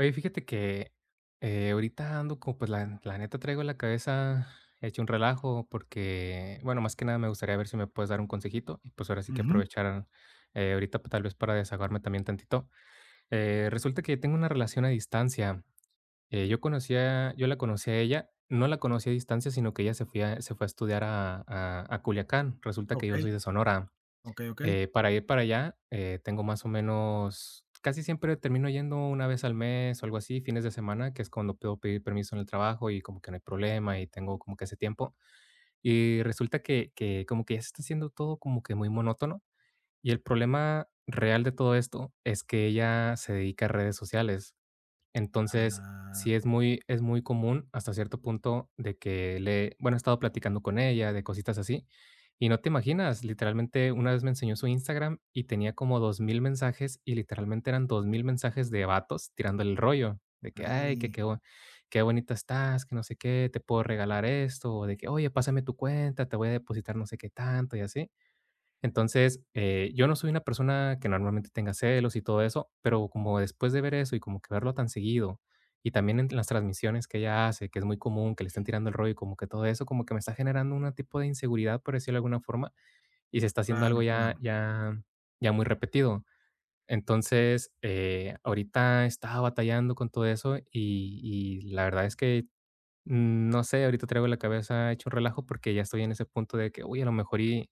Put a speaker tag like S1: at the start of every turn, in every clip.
S1: Oye, fíjate que, ahorita ando como, pues, la neta traigo la cabeza hecho un relajo porque, bueno, más que nada me gustaría ver si me puedes dar un consejito y, pues, ahora sí que
S2: Ujú.
S1: aprovechar, ahorita, pues, tal vez para desahogarme también tantito. Resulta que tengo una relación a distancia, yo la conocí a ella, no la conocí a distancia, sino que ella se fue a estudiar a Culiacán, resulta que yo
S2: Okey,
S1: soy de Sonora.
S2: okey, okey.
S1: Para ir para allá, tengo más o menos casi siempre termino yendo una vez al mes o algo así, fines de semana, que es cuando puedo pedir permiso en el trabajo y como que no hay problema y tengo como que ese tiempo. Y resulta que como que ya se está haciendo todo como que muy monótono. Y el problema real de todo esto es que ella se dedica a redes sociales. Entonces,
S2: Ah,
S1: sí es muy común hasta cierto punto de que le bueno, he estado platicando con ella de cositas así, y no te imaginas, literalmente una vez me enseñó su Instagram y tenía como 2000 mensajes, y literalmente eran 2000 mensajes de vatos tirándole el rollo, de que: "Ay, que
S2: ahí.
S1: qué bo qué bonita estás, que no sé qué, te puedo regalar esto", o de que: "Oye, pásame tu cuenta, te voy a depositar no sé qué tanto", y así. Entonces, yo no soy una persona que normalmente tenga celos y todo eso, pero como después de ver eso y como que verlo tan seguido, y también en las transmisiones que ella hace, que es muy común que le estén tirando el rollo y como que todo eso, como que me está generando un tipo de inseguridad, por decirlo de alguna forma, y se está haciendo
S2: Claro,
S1: algo
S2: claro.
S1: ya muy repetido. Entonces, ahorita estaba batallando con todo eso y la verdad es que no sé, ahorita traigo la cabeza hecho un relajo porque ya estoy en ese punto de que, uy, a lo mejor y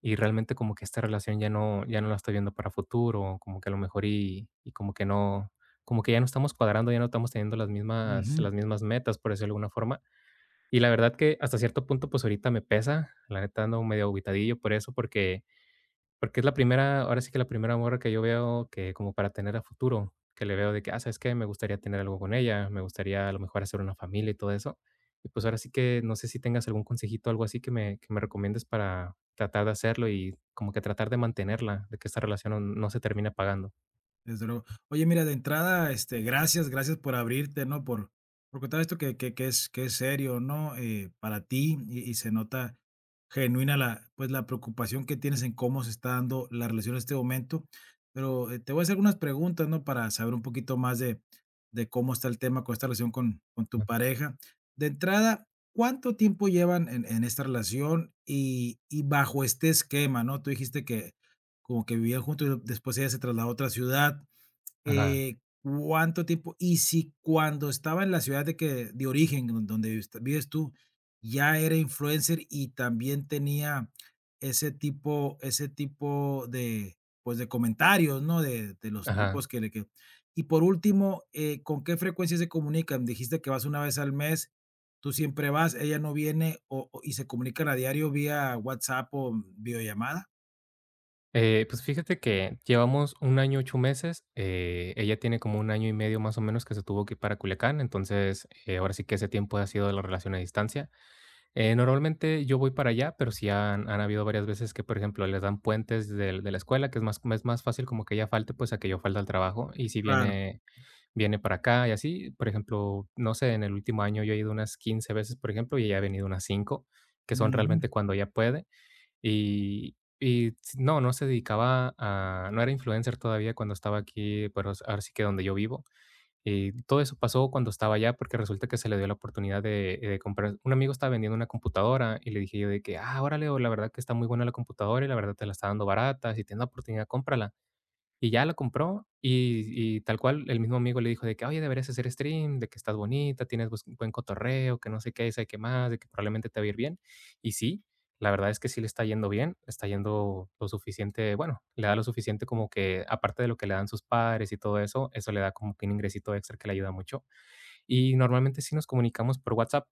S1: y realmente como que esta relación ya no la estoy viendo para futuro, como que a lo mejor y como que no como que ya no estamos cuadrando, ya no estamos teniendo las mismas
S2: Ujú.
S1: las mismas metas, por decirlo de alguna forma. Y la verdad que hasta cierto punto, pues, ahorita me pesa, la neta ando medio agüitadillo por eso, porque es la primera ahora sí que la primera morra que yo veo que como para tener a futuro, que le veo de que, ah, ¿sabes qué? Me gustaría tener algo con ella, me gustaría a lo mejor hacer una familia y todo eso. Y pues ahora sí que no sé si tengas algún consejito, algo así que me recomiendes para tratar de hacerlo y como que tratar de mantenerla, de que esta relación no se termine apagando.
S2: Desde luego. Oye, mira, de entrada, gracias, gracias por abrirte, ¿no? Por contar esto que es serio, ¿no? Para ti y se nota genuina pues, la preocupación que tienes en cómo se está dando la relación en este momento. Pero te voy a hacer algunas preguntas, ¿no? Para saber un poquito más de cómo está el tema con esta relación con tu
S1: ¿No?
S2: pareja. De entrada, ¿cuánto tiempo llevan en esta relación y bajo este esquema, ¿no? Tú dijiste que como que vivían juntos y después ella se trasladó a otra ciudad.
S1: Ajá,
S2: eh, ¿Cuánto tiempo? Y si cuando estaba en la ciudad de que de origen, donde vives tú, ya era influencer y también tenía ese tipo de, pues, de comentarios, ¿no? De los
S1: ajá.
S2: tipos que le que. Y por último, ¿con qué frecuencia se comunican? Dijiste que vas una vez al mes, tú siempre vas, ella no viene, o ¿y se comunican a diario vía WhatsApp o videollamada?
S1: Pues fíjate que llevamos un año, 8 meses, ella tiene como un año y medio más o menos que se tuvo que ir para Culiacán, entonces, ahora sí que ese tiempo ha sido de la relación a distancia. Normalmente yo voy para allá, pero sí han habido varias veces que, por ejemplo, les dan puentes del de la escuela, que es más fácil como que ella falte, pues, a que yo falte al trabajo. Y si
S2: Claro.
S1: viene para acá y así, por ejemplo, no sé, en el último año yo he ido unas 15 veces, por ejemplo, y ella ha venido unas 5, que son
S2: Ujú,
S1: realmente cuando ella puede. Y s no, no se dedicaba a no era influencer todavía cuando estaba aquí, pero ahora sí que donde yo vivo. Y todo eso pasó cuando estaba allá, porque resulta que se le dio la oportunidad de comprar. Un amigo estaba vendiendo una computadora y le dije yo de que, ah, órale, o la verdad que está muy buena la computadora y la verdad te la está dando barata, si tienes la oportunidad, cómprala. Y ya la compró y tal cual, el mismo amigo le dijo de que: "Oye, deberías hacer stream, de que estás bonita, tienes bus buen cotorreo, que no sé qué, y sabe qué más, de que probablemente te va a ir bien". Y sí, la verdad es que sí le está yendo bien, le está yendo lo suficiente, bueno, le da lo suficiente como que, aparte de lo que le dan sus padres y todo eso, eso le da como que un ingresito extra que le ayuda mucho. Y normalmente sí nos comunicamos por WhatsApp,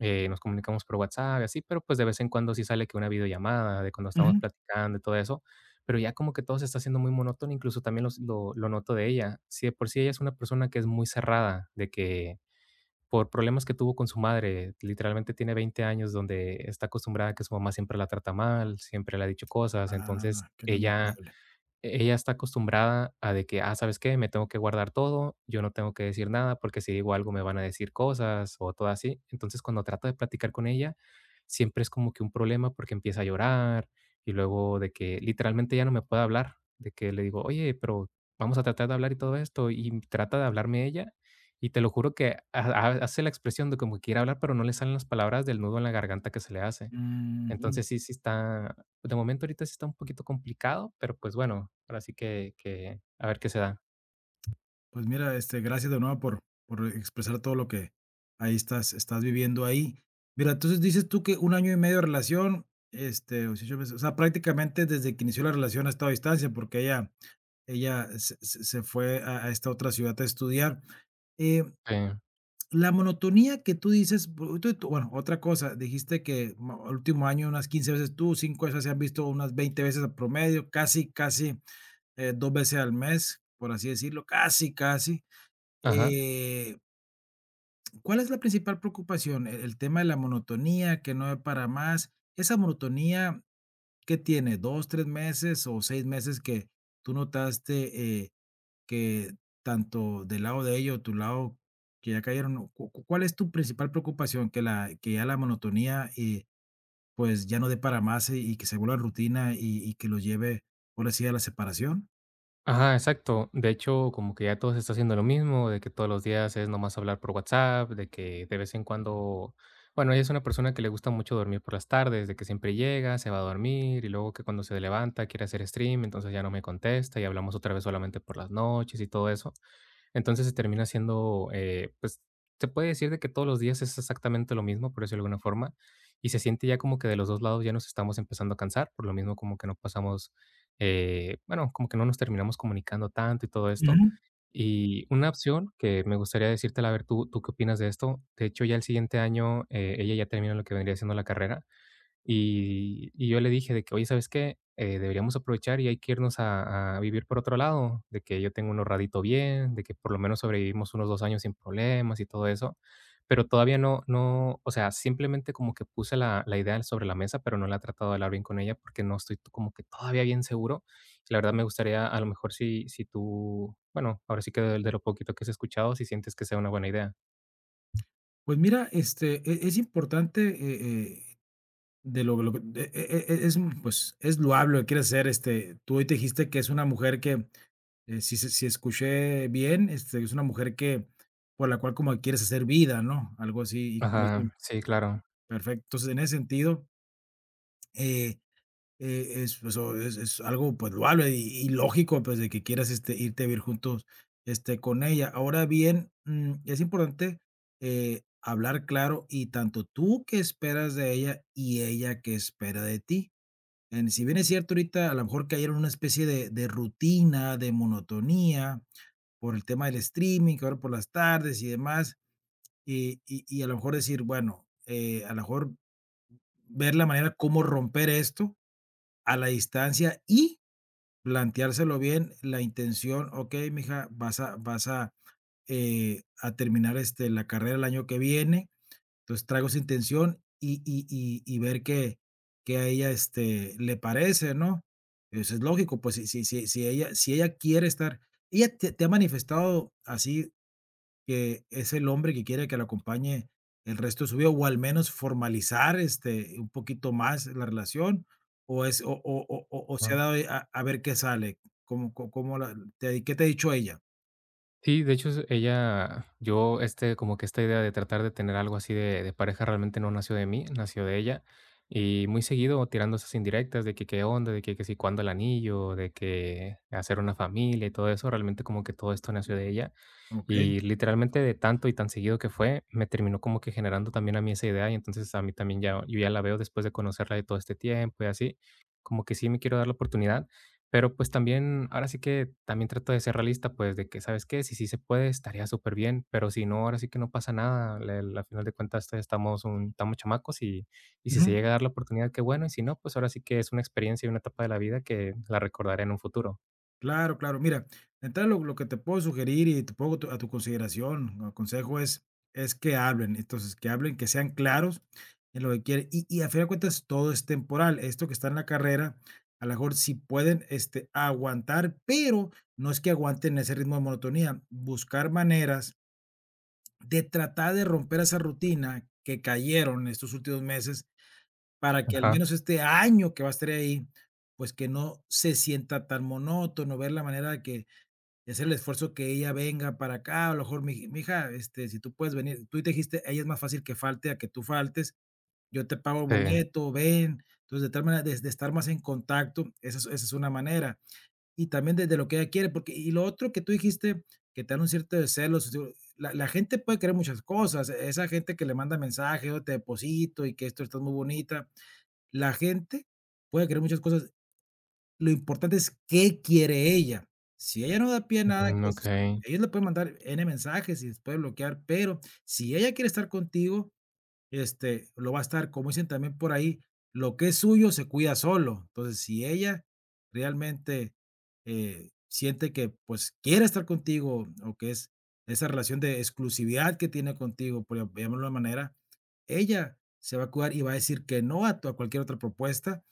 S1: y así, pero pues de vez en cuando sí sale que una videollamada de cuando estamos
S2: ujú.
S1: platicando y todo eso, pero ya como que todo se está haciendo muy monótono, incluso también los lo noto de ella. Si de por sí ella es una persona que es muy cerrada, de que por problemas que tuvo con su madre, literalmente tiene 20 años donde está acostumbrada a que su mamá siempre la trata mal, siempre le ha dicho cosas, entonces
S2: Ah, qué lamentable.
S1: ella está acostumbrada a de que, ah, ¿sabes qué? Me tengo que guardar todo, yo no tengo que decir nada porque si digo algo me van a decir cosas o todo así. Entonces, cuando trato de platicar con ella, siempre es como que un problema porque empieza a llorar y luego de que literalmente ya no me puede hablar, de que le digo, oye, pero vamos a tratar de hablar y todo esto y trata de hablarme ella y te lo juro que hace la expresión de como que quiere hablar, pero no le salen las palabras del nudo en la garganta que se le hace.
S2: Mm,
S1: Entonces sí, sí está, de momento ahorita sí está un poquito complicado, pero pues bueno, ahora sí que a ver qué se da.
S2: pues mira, gracias de nuevo por expresar todo lo que ahí estás viviendo ahí. Mira, entonces dices tú que un año y medio de relación, o si yo o sea, prácticamente desde que inició la relación ha estado a distancia porque ella se fue a esta otra ciudad a estudiar. Eh,
S1: Sí.
S2: la monotonía que tú dices, bueno, otra cosa, dijiste que el último año unas 15 veces tú, 5 veces se han visto unas 20 veces a promedio, casi dos veces al mes, por así decirlo, casi.
S1: Ajá.
S2: Eh, ¿Cuál es la principal preocupación? El tema de la monotonía, que no hay para más? Esa monotonía, ¿que tiene 2, 3 meses o 6 meses que tú notaste, que tanto del lado de ellos, tu lado, que ya cayeron? ¿Cu cu Cuál es tu principal preocupación? Que la que ya la monotonía, pues, ya no dé para más, y que se vuelva rutina, y que lo lleve, por así a la separación.
S1: Ajá, exacto. De hecho, como que ya todos está haciendo lo mismo, de que todos los días es nomás hablar por WhatsApp, de que de vez en cuando bueno, ella es una persona que le gusta mucho dormir por las tardes, de que siempre llega, se va a dormir y luego que cuando se levanta quiere hacer stream, entonces ya no me contesta y hablamos otra vez solamente por las noches y todo eso. Entonces se termina siendo, pues, se puede decir de que todos los días es exactamente lo mismo, por decirlo de alguna forma, y se siente ya como que de los 2 lados ya nos estamos empezando a cansar, por lo mismo como que no pasamos, bueno, como que no nos terminamos comunicando tanto y todo esto.
S2: Ujú.
S1: Y una opción que me gustaría decírtela, a ver, ¿tú qué opinas de esto? De hecho, ya el siguiente año, ella ya termina lo que vendría siendo la carrera, y yo le dije de que: "Oye, ¿sabes qué? Deberíamos aprovechar y hay que irnos a vivir por otro lado, de que yo tengo un ahorradito bien, de que por lo menos sobrevivimos unos 2 años sin problemas y todo eso". Pero todavía no no, o sea, simplemente como que puse la idea sobre la mesa, pero no la he tratado de hablar bien con ella porque no estoy como que todavía bien seguro. La verdad me gustaría, a lo mejor, si tú, bueno, ahora sí que de lo poquito que has escuchado, si sientes que sea una buena idea.
S2: Pues mira, es importante, de lo que es, pues, es loable lo que quieres hacer, tú hoy te dijiste que es una mujer que, si se si escuché bien, es una mujer que por la cual como que quieres hacer vida, ¿no? Algo así, y corrígeme.
S1: Ajá, sí, claro.
S2: Perfecto. Entonces, en ese sentido, eh, es, pues, o es algo, pues, loable y lógico, pues, de que quieras, irte a vivir juntos, con ella. Ahora bien, es importante, hablar claro y tanto tú qué esperas de ella y ella qué espera de ti. En si bien es cierto, ahorita a lo mejor cayeron en una especie de rutina, de monotonía, por el tema del streaming, que ahora por las tardes y demás, y a lo mejor decir, bueno, a lo mejor ver la manera cómo romper esto a la distancia y planteárselo bien, la intención: "Okey, mija, vas a terminar, la carrera el año que viene, entonces traigo esa intención y y ver qué a ella, le parece, ¿no? Eso es lógico, pues si ella si ella quiere estar. ¿Ella te ha manifestado así que es el hombre que quiere que la acompañe el resto de su vida o al menos formalizar, un poquito más la relación? ¿O es o O se ha dado a ver qué sale? Cómo la te qué te ha dicho ella?
S1: Sí, de hecho, es ella, yo, este, como que esta idea de tratar de tener algo así de pareja realmente no nació de mí, nació de ella. Y muy seguido tirando esas indirectas de que qué onda, que si cuándo el anillo, de que hacer una familia y todo eso, realmente como que todo esto nació de ella.
S2: ¿Ok?
S1: Y literalmente de tanto y tan seguido que fue, me terminó como que generando también a mí esa idea y entonces a mí también ya, yo ya la veo después de conocerla de todo este tiempo y así, como que sí me quiero dar la oportunidad, pero, pues, también, ahora sí que también trato de ser realista, pues, de que, ¿sabes qué? Si sí se puede, estaría súper bien pero si no, ahora sí que no pasa nada. Le Al final de cuentas, todavía estamos chamacos y si se
S2: Ujú.
S1: llega a dar la oportunidad, qué bueno, y si no, pues, ahora sí que es una experiencia y una etapa de la vida que la recordaré en un futuro.
S2: Claro, claro. Mira, de entrada lo que te puedo sugerir y te pongo tu a tu consideración, o consejo es que hablen. Entonces, que hablen, que sean claros en lo que quieren. Y a final de cuentas, todo es temporal. Esto que está en la carrera, a lo mejor sí pueden, aguantar, pero no es que aguanten ese ritmo de monotonía. Buscar maneras de tratar de romper esa rutina que cayeron estos últimos meses, para que al
S1: Ajá,
S2: menos este año que va a estar ahí, pues, que no se sienta tan monótono, ver la manera de que y hacer el esfuerzo que ella venga para acá, a lo mejor mi hija, si tú puedes venir, tú te dijiste, ella es más fácil que falte a que tú faltes, yo te pago el
S1: sí.
S2: boleto, ven. Entonces, de tal manera, de estar más en contacto, esa es una manera. Y también desde lo que ella quiere, porque y lo otro que tú dijiste, que te dan un cierto de celos, digo, la gente puede querer muchas cosas, esa gente que le manda mensajes "Yo te deposito", y que esto, estás muy bonita. La gente puede querer muchas cosas, lo importante es qué quiere ella. Si ella no da pie a nada,
S1: Mm,
S2: que es
S1: okey,
S2: ellos le pueden mandar N mensajes y después bloquear, pero si ella quiere estar contigo, lo va a estar, como dicen también por ahí, lo que es suyo se cuida solo. Entonces, si ella realmente, siente que, pues, quiere estar contigo o que es esa relación de exclusividad que tiene contigo, por llamarlo de una manera, ella se va a cuidar y va a decir que no a tu a cualquier otra propuesta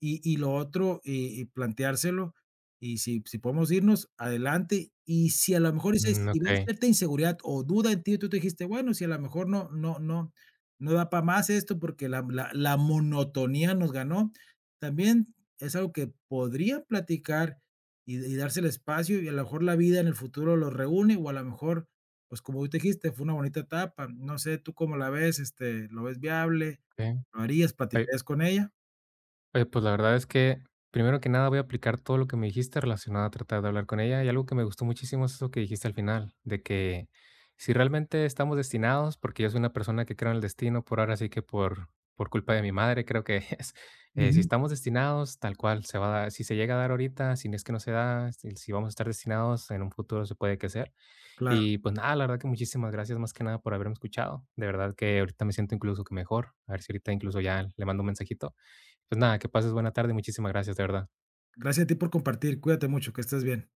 S2: y lo otro, y planteárselo, y si si podemos irnos, adelante. Y si a lo mejor dices,
S1: mm,
S2: si ves
S1: okey,
S2: cierta inseguridad o duda en ti, tú te dijiste, bueno, si a lo mejor no da para más esto porque la monotonía nos ganó, también es algo que podría platicar y darse el espacio, y a lo mejor la vida en el futuro los reúne, o a lo mejor, pues, como tú dijiste, fue una bonita etapa. No sé, ¿tú cómo la ves? ¿Lo ves viable?
S1: okey.
S2: ¿Lo harías?
S1: Hay
S2: ¿Platicarías con ella?
S1: Oye, pues la verdad es que, primero que nada, voy a aplicar todo lo que me dijiste relacionado a tratar de hablar con ella. Y algo que me gustó muchísimo es eso que dijiste al final, de que si realmente estamos destinados, porque yo soy una persona que creo en el destino por ahora, sí que por culpa de mi madre, creo que es, si
S2: Ujú.
S1: estamos destinados, tal cual, se va a dar, si se llega a dar ahorita, si no es que no se da, si vamos a estar destinados, en un futuro se puede que sea.
S2: Claro.
S1: Y pues nada, la verdad que muchísimas gracias más que nada por haberme escuchado. De verdad que ahorita me siento incluso que mejor. A ver si ahorita incluso ya le mando un mensajito. Pues nada, que pases buena tarde. Y Muchísimas gracias, de verdad.
S2: Gracias a ti por compartir. Cuídate mucho, que estés bien.